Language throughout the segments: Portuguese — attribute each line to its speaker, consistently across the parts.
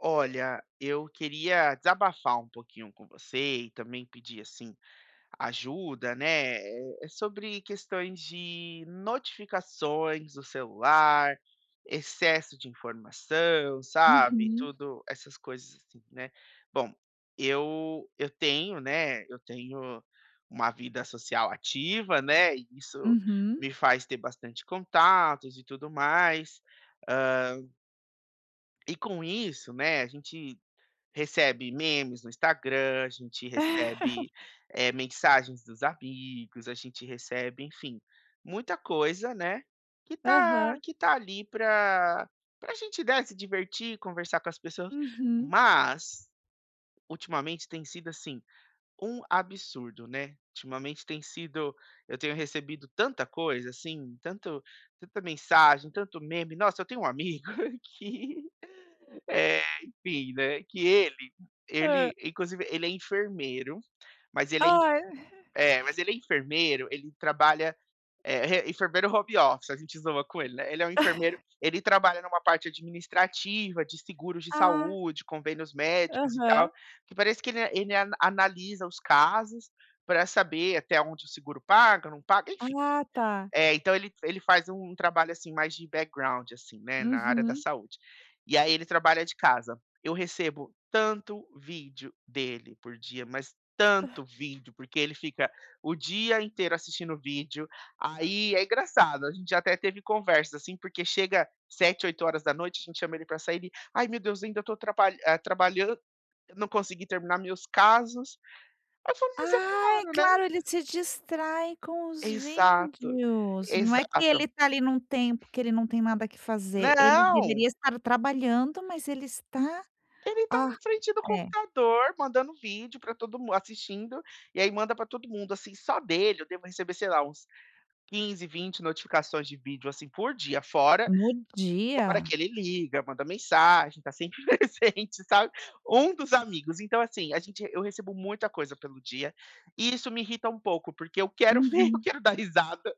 Speaker 1: Olha, eu queria desabafar um pouquinho com você e também pedir assim ajuda, né? É sobre questões de notificações do celular, excesso de informação, sabe?
Speaker 2: Uhum,
Speaker 1: Tudo essas coisas assim, né? Bom, eu tenho, né? Eu tenho uma vida social ativa, né? E isso
Speaker 2: uhum.
Speaker 1: me faz ter bastante contatos e tudo mais. Ah, e com isso, né, a gente recebe memes no Instagram, a gente recebe, mensagens dos amigos, a gente recebe, enfim, muita coisa, né, que tá
Speaker 2: Aham,
Speaker 1: que tá ali para a gente, né, se divertir, conversar com as pessoas,
Speaker 2: uhum.
Speaker 1: mas ultimamente tem sido, assim, um absurdo, né. Ultimamente tem sido eu tenho recebido tanta coisa, assim, tanto tanta mensagem, tanto meme. Nossa, eu tenho um amigo que enfim, né, que ele
Speaker 2: Hã.
Speaker 1: ele inclusive ele é enfermeiro, mas ele é en
Speaker 2: Ai.
Speaker 1: é, mas ele é enfermeiro, ele trabalha, eh, re enfermeiro home office, a gente zoa com ele, né, ele é um enfermeiro, ele trabalha numa parte administrativa de seguros de
Speaker 2: Ah,
Speaker 1: saúde, convênios médicos e tal,
Speaker 2: aham.
Speaker 1: que parece que ele analisa os casos para saber até onde o seguro paga, não paga, enfim.
Speaker 2: Ah, tá.
Speaker 1: É, então ele faz um trabalho, assim, mais de background, assim, né, na área da
Speaker 2: Uhum.
Speaker 1: saúde. E aí ele trabalha de casa. Eu recebo tanto vídeo dele por dia, mas tanto vídeo, porque ele fica o dia inteiro assistindo vídeo. Aí é engraçado, a gente já até teve conversas, assim, porque chega sete oito horas da noite a gente chama ele para sair, ele: "Ai, meu Deus, ainda estou trabalhando, não consegui terminar meus casos". Aí eu falo: "Mas é
Speaker 2: Ai,
Speaker 1: claro, né".
Speaker 2: claro, ele se distrai com os
Speaker 1: Exato,
Speaker 2: vídeos. Não é que
Speaker 1: exato.
Speaker 2: ele tá ali num tempo que ele não tem nada que fazer, ele
Speaker 1: Não!
Speaker 2: deveria estar trabalhando, mas ele está
Speaker 1: Ele tá
Speaker 2: ah,
Speaker 1: na frente do
Speaker 2: é,
Speaker 1: computador, mandando vídeo pra todo mundo, assistindo, e aí manda pra todo mundo, assim, só dele eu devo receber, sei lá, uns 15, 20 notificações de vídeo, assim, por dia, fora
Speaker 2: no dia.
Speaker 1: fora que ele liga, manda mensagem, tá sempre presente, sabe, um dos amigos. Então, assim, a gente eu recebo muita coisa pelo dia, e isso me irrita um pouco, porque eu quero ver, eu
Speaker 2: Uhum,
Speaker 1: quero dar risada,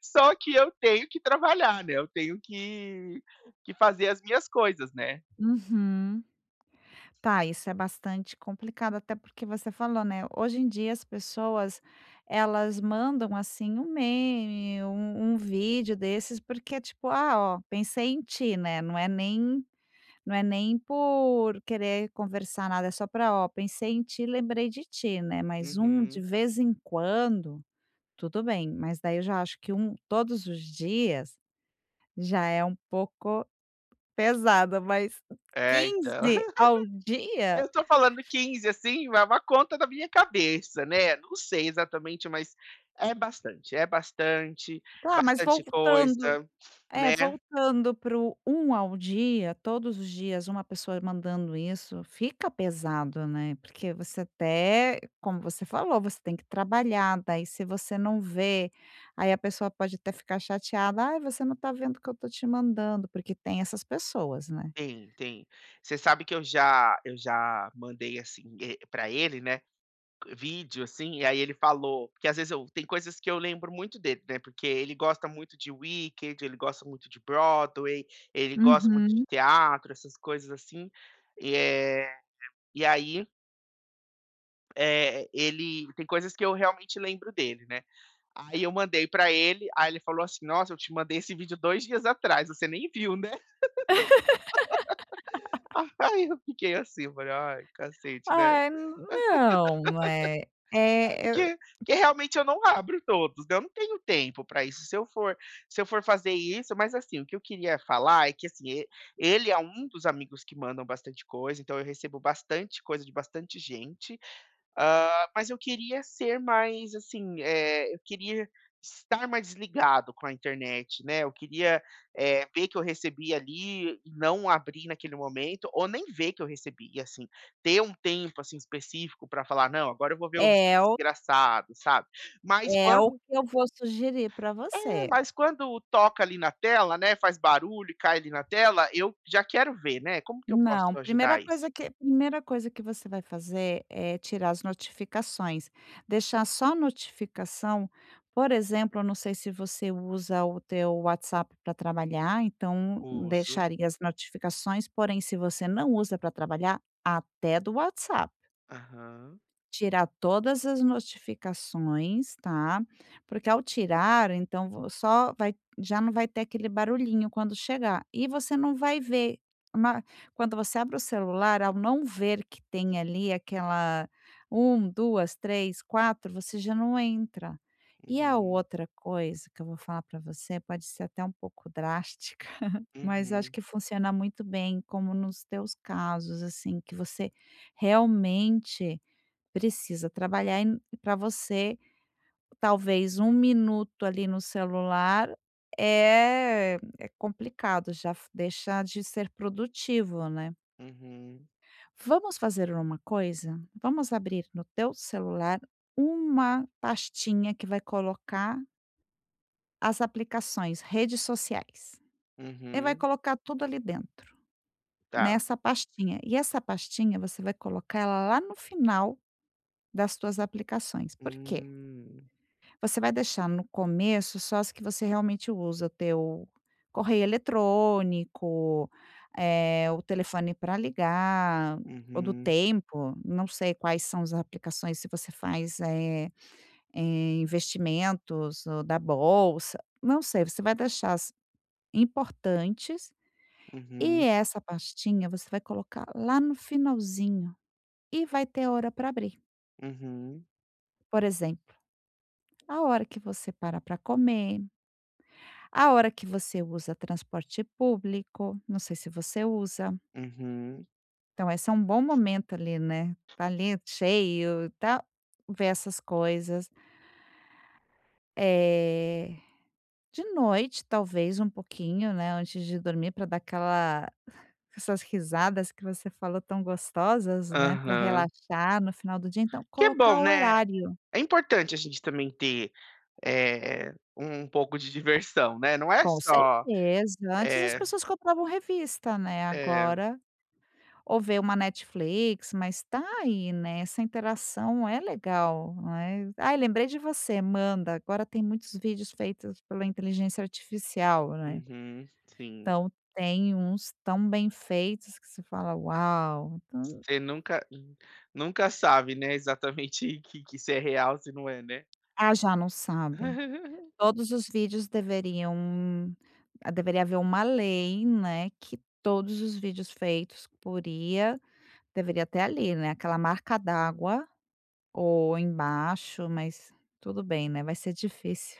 Speaker 1: só que eu tenho que trabalhar, né, eu tenho que fazer as minhas coisas, né.
Speaker 2: uhum. Tá, isso é bastante complicado, até porque você falou, né, hoje em dia as pessoas, elas mandam, assim, um meme, um vídeo desses, porque é tipo: "Ah, ó, pensei em ti", né, não é nem por querer conversar nada, é só pra: "Ó, pensei em ti, lembrei de ti", né, mas um de
Speaker 1: Uhum.
Speaker 2: vez em quando, tudo bem, mas daí eu já acho que um todos os dias, já é um pouco pesado, mas
Speaker 1: É, então.
Speaker 2: 15 ao dia?
Speaker 1: Eu tô falando 15, assim, é uma conta da minha cabeça, né, não sei exatamente, mas é bastante,
Speaker 2: Tá, mas
Speaker 1: bastante coisa,
Speaker 2: voltando é,
Speaker 1: né.
Speaker 2: voltando pro um ao dia, todos os dias uma pessoa mandando isso, fica pesado, né, porque você até como você falou, você tem que trabalhar, daí se você não vê, aí a pessoa pode até ficar chateada: "Ai, você não tá vendo o que eu tô te mandando", porque tem essas pessoas, né.
Speaker 1: Tem, tem. Você sabe que eu já mandei, assim, pra ele, né, vídeo, assim, e aí ele falou porque às vezes eu tem coisas que eu lembro muito dele, né, porque ele gosta muito de Wicked, ele gosta muito de Broadway, ele gosta muito de
Speaker 2: Uhum.
Speaker 1: teatro, essas coisas assim, e, e aí é, ele tem coisas que eu realmente lembro dele, né? Aí eu mandei para ele, aí ele falou assim: "Nossa, eu te mandei esse vídeo dois dias atrás, você nem viu, né?" Aí eu fiquei assim, falei: "Ai, cacete, né?"
Speaker 2: Ai, não, é
Speaker 1: É.
Speaker 2: É, eu
Speaker 1: Porque realmente eu não abro todos, né? Eu não tenho tempo para isso. Se eu for fazer isso, mas assim, o que eu queria falar é que assim, ele é um dos amigos que mandam bastante coisa, então eu recebo bastante coisa de bastante gente. Ah, mas eu queria ser mais, assim, eu queria estar mais desligado com a internet, né, eu queria, ver que eu recebi ali e não abrir naquele momento, ou nem ver que eu recebi, e assim, ter um tempo, assim, específico para falar: "Não, agora eu vou ver os
Speaker 2: é
Speaker 1: vídeos
Speaker 2: o
Speaker 1: engraçados", sabe. Mas
Speaker 2: é o
Speaker 1: quando
Speaker 2: que eu vou sugerir para
Speaker 1: é,
Speaker 2: você.
Speaker 1: mas quando toca ali na tela, né, faz barulho e cai ali na tela, eu já quero ver, né, como que eu posso
Speaker 2: Não, primeira
Speaker 1: ajudar isso?
Speaker 2: coisa que primeira coisa que você vai fazer é tirar as notificações, deixar só notificação, por exemplo, eu não sei se você usa o teu WhatsApp para trabalhar, então
Speaker 1: Uso.
Speaker 2: deixaria as notificações, porém se você não usa para trabalhar, até do WhatsApp.
Speaker 1: Aham.
Speaker 2: Tirar todas as notificações, tá, porque ao tirar, então vo só vai já não vai ter aquele barulhinho quando chegar, e você não vai ver uma quando você abre o celular, ao não ver que tem ali aquela um, 2, 3, 4, você já não entra. E a
Speaker 1: Uhum.
Speaker 2: outra coisa que eu vou falar para você pode ser até um pouco drástica, mas acho
Speaker 1: Uhum.
Speaker 2: que funciona muito bem, como nos teus casos, assim, que você realmente precisa trabalhar para você, talvez um minuto ali no celular é complicado, já f deixa de ser produtivo, né.
Speaker 1: Uhum,
Speaker 2: Vamos fazer uma coisa? Vamos abrir no teu celular uma pastinha que vai colocar as aplicações, redes sociais, e vai
Speaker 1: uhum,
Speaker 2: colocar tudo ali dentro,
Speaker 1: tá.
Speaker 2: nessa pastinha. E essa pastinha você vai colocar ela lá no final das tuas aplicações. Por quê?
Speaker 1: Hum,
Speaker 2: Você vai deixar no começo só as que você realmente usa, o teu correio eletrônico, o telefone para ligar, ou do
Speaker 1: uhum,
Speaker 2: tempo, não sei quais são as aplicações, se você faz, investimentos ou da bolsa, não sei, você vai deixar as importantes e
Speaker 1: uhum,
Speaker 2: essa pastinha você vai colocar lá no finalzinho e vai ter hora para abrir.
Speaker 1: uhum,
Speaker 2: Por exemplo, a hora que você para comer, a hora que você usa transporte público, não sei se você usa.
Speaker 1: uhum,
Speaker 2: Então esse é um bom momento ali, né, tá ali cheio tá. tal, ver essas coisas. Eh, de noite talvez um pouquinho, né, antes de dormir para dar aquela essas risadas que você falou tão gostosas, né, para
Speaker 1: aham.
Speaker 2: relaxar no final do dia, então
Speaker 1: Que é
Speaker 2: colocar
Speaker 1: bom,
Speaker 2: o
Speaker 1: né.
Speaker 2: horário.
Speaker 1: É importante a gente também ter, é um pouco de diversão, né, não é
Speaker 2: Com
Speaker 1: só.
Speaker 2: certeza, antes as
Speaker 1: É,
Speaker 2: pessoas compravam revista, né,
Speaker 1: é,
Speaker 2: agora ou ver uma Netflix, mas tá aí, né, essa interação é legal, né. "Ai, lembrei de você, manda", agora tem muitos vídeos feitos pela inteligência artificial, né.
Speaker 1: uhum, sim.
Speaker 2: Então tem uns tão bem feitos que você fala: "Uau!". Então
Speaker 1: Você nunca nunca sabe, né, exatamente que se é real, se não é, né.
Speaker 2: ah, já não sabe. Todos os vídeos deveriam ah, deveria haver uma lei, né, que todos os vídeos feitos por IA deveria ter ali, né, aquela marca d'água ou embaixo, mas tudo bem, né, vai ser difícil,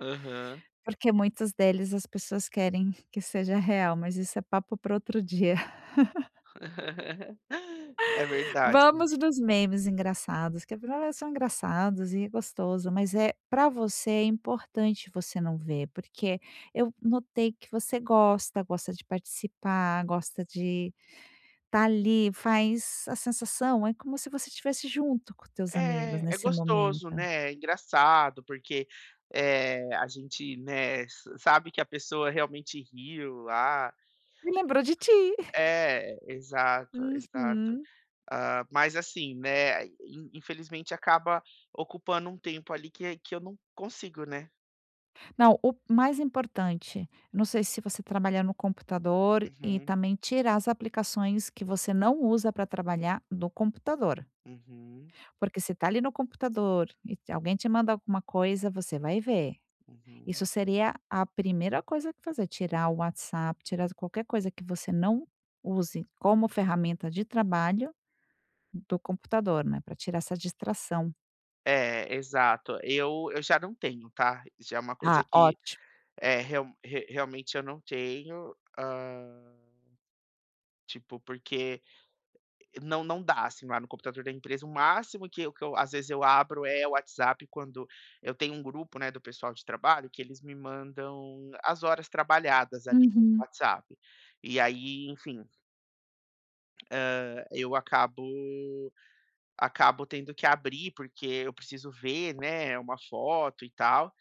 Speaker 1: Aham.
Speaker 2: porque muitos deles as pessoas querem que seja real, mas isso é papo para outro dia.
Speaker 1: É verdade.
Speaker 2: Vamos nos memes engraçados, que afinal são engraçados e é gostoso, mas é para você é importante você não ver, porque eu notei que você gosta, gosta de participar, gosta de estar ali, faz a sensação é como se você estivesse junto com teus amigos
Speaker 1: É, é
Speaker 2: nesse
Speaker 1: gostoso,
Speaker 2: momento.
Speaker 1: né, é engraçado, porque, a gente, né, sa sabe que a pessoa realmente riu lá.
Speaker 2: Me lembrou de ti.
Speaker 1: É, exato, exato.
Speaker 2: Uhum.
Speaker 1: Ah, mas assim, né, in infelizmente acaba ocupando um tempo ali que eu não consigo, né.
Speaker 2: Não, o mais importante, não sei se você trabalha no computador e
Speaker 1: Uhum,
Speaker 2: também tirar as aplicações que você não usa para trabalhar do computador.
Speaker 1: uhum,
Speaker 2: Porque se está ali no computador e te- alguém te manda alguma coisa, você vai ver.
Speaker 1: uhum.
Speaker 2: Isso seria a primeira coisa que fazer, tirar o WhatsApp, tirar qualquer coisa que você não use como ferramenta de trabalho do computador, né? Para tirar essa distração.
Speaker 1: É, exato. Eu já não tenho, tá. Já é uma coisa
Speaker 2: Ah,
Speaker 1: que,
Speaker 2: ótimo.
Speaker 1: é real re realmente eu não tenho, tipo, porque não não dá, assim, lá no computador da empresa, o máximo que eu às vezes eu abro é o WhatsApp quando eu tenho um grupo, né, do pessoal de trabalho que eles me mandam as horas trabalhadas ali no
Speaker 2: Uhum.
Speaker 1: WhatsApp. E aí, enfim, eu acabo tendo que abrir, porque eu preciso ver, né, uma foto e tal,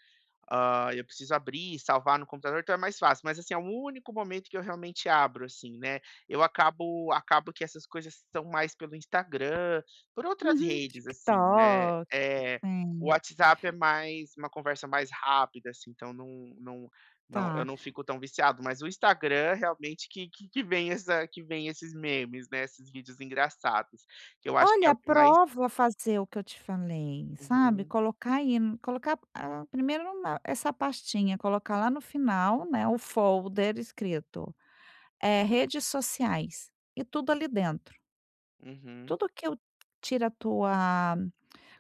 Speaker 1: ah, eu preciso abrir e salvar no computador, então é mais fácil, mas assim, é o único momento que eu realmente abro, assim, né. Eu acabo que essas coisas são mais pelo Instagram, por outras
Speaker 2: Uhum,
Speaker 1: redes, assim, né.
Speaker 2: TikTok.
Speaker 1: O
Speaker 2: Sim,
Speaker 1: WhatsApp é mais uma conversa mais rápida, assim, então não não eu
Speaker 2: tá.
Speaker 1: não fico tão viciado, mas o Instagram é realmente que vem esses memes, né, esses vídeos engraçados, que eu acho que é
Speaker 2: Olha,
Speaker 1: o que mais.
Speaker 2: prova fazer o que eu te falei, sabe,
Speaker 1: Uhum,
Speaker 2: colocar aí no colocar, ah, primeiro numa essa pastinha, colocar lá no final, né, o folder escrito, é redes sociais, e tudo ali dentro.
Speaker 1: uhum,
Speaker 2: Tudo que eu tira a tua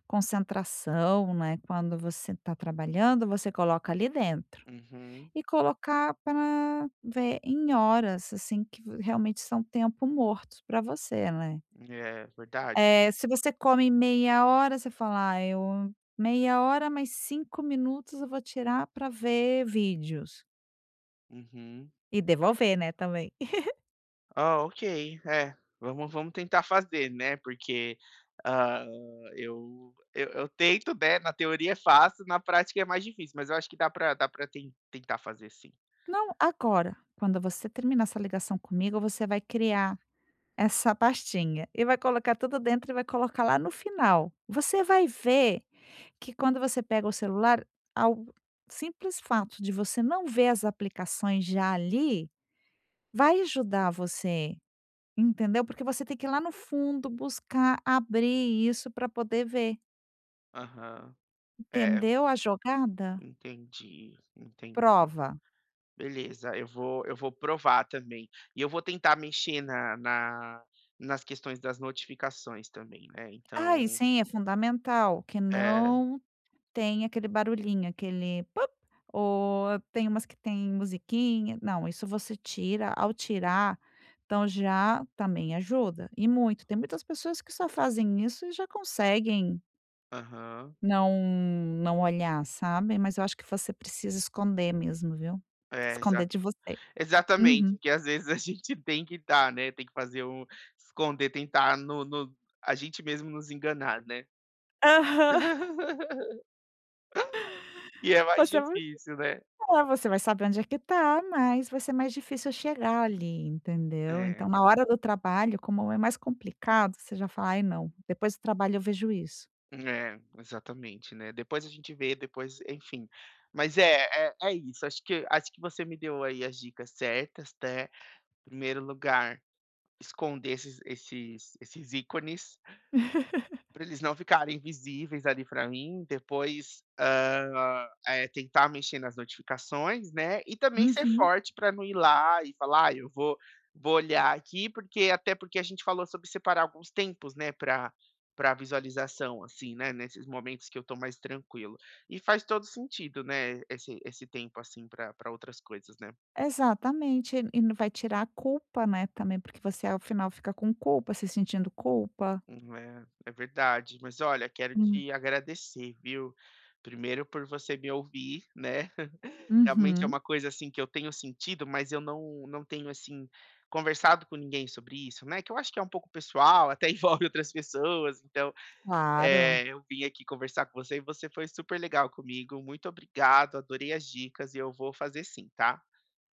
Speaker 2: concentração, né, quando você está trabalhando, você coloca ali dentro.
Speaker 1: uhum.
Speaker 2: E colocar para ver em horas, assim, que realmente são tempo mortos para você, né.
Speaker 1: É, verdade.
Speaker 2: Se você come meia hora, você fala: "Ah, eu meia hora, mais 5 minutos eu vou tirar para ver vídeos".
Speaker 1: Uhum.
Speaker 2: E devolver, né, também.
Speaker 1: Ah, ok. É, vamos tentar fazer, né, porque, hã, eu tento, né, na teoria é fácil, na prática é mais difícil, mas eu acho que dá pra tentar fazer sim.
Speaker 2: Não, agora, quando você terminar essa ligação comigo, você vai criar essa pastinha e vai colocar tudo dentro e vai colocar lá no final. Você vai ver que quando você pega o celular, ao simples fato de você não ver as aplicações já ali, vai ajudar você. Entendeu? Porque você tem que ir lá no fundo buscar abrir isso para poder ver.
Speaker 1: Aham. É,
Speaker 2: Entendeu a jogada?
Speaker 1: entendi, entendi.
Speaker 2: Prova.
Speaker 1: Beleza, eu vou provar também. E eu vou tentar mexer na na nas questões das notificações também, né,
Speaker 2: Ah, e
Speaker 1: então
Speaker 2: sim, é fundamental que
Speaker 1: é,
Speaker 2: não tem aquele barulhinho, aquele pop, ou tem umas que tem musiquinha. Não, isso você tira ao tirar, então já também ajuda, e muito. Tem muitas pessoas que só fazem isso e já conseguem
Speaker 1: aham.
Speaker 2: não não olhar, sabe. Mas eu acho que você precisa esconder mesmo, viu.
Speaker 1: É,
Speaker 2: Esconder
Speaker 1: exato.
Speaker 2: de você.
Speaker 1: Exatamente,
Speaker 2: Uhum.
Speaker 1: porque às vezes a gente tem que dar, né, tem que fazer um esconder, tentar no no a gente mesmo nos enganar, né.
Speaker 2: Aham.
Speaker 1: E é mais
Speaker 2: Você vai
Speaker 1: difícil, né.
Speaker 2: é, você vai saber onde é que tá, mas vai ser mais difícil chegar ali, entendeu. Então
Speaker 1: É,
Speaker 2: na hora do trabalho, como é mais complicado, você já fala: "Ai não, depois do trabalho eu vejo isso".
Speaker 1: é, exatamente, né. Depois a gente vê, depois enfim. Mas é isso, acho que você me deu aí as dicas certas, né. Primeiro lugar, esconder esses ícones, pra eles não ficarem visíveis ali pra mim, depois, tentar mexer nas notificações, né, e também ser
Speaker 2: Uhum.
Speaker 1: forte pra não ir lá e falar: "Ai, eu vou olhar aqui", porque até porque a gente falou sobre separar alguns tempos, né, pra visualização, assim, né, nesses momentos que eu tô mais tranquilo. E faz todo sentido, né, esse tempo, assim, pra outras coisas, né.
Speaker 2: Exatamente, e não vai tirar a culpa, né, também, porque você ao final fica com culpa, se sentindo culpa.
Speaker 1: É, é verdade. Mas olha, quero
Speaker 2: Hum.
Speaker 1: te agradecer, viu. Primeiro por você me ouvir, né. Realmente é
Speaker 2: Uhum,
Speaker 1: uma coisa, assim, que eu tenho sentido, mas eu não tenho, assim, conversado com ninguém sobre isso, né, que eu acho que é um pouco pessoal, até envolve outras pessoas, então,
Speaker 2: claro.
Speaker 1: eu vim aqui conversar com você e você foi super legal comigo, muito obrigado, adorei as dicas e eu vou fazer sim, tá.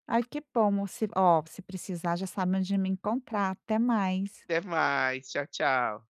Speaker 2: Ai que bom, se ó, se precisar já sabe onde me encontrar, até mais.
Speaker 1: Até mais, tchau, tchau.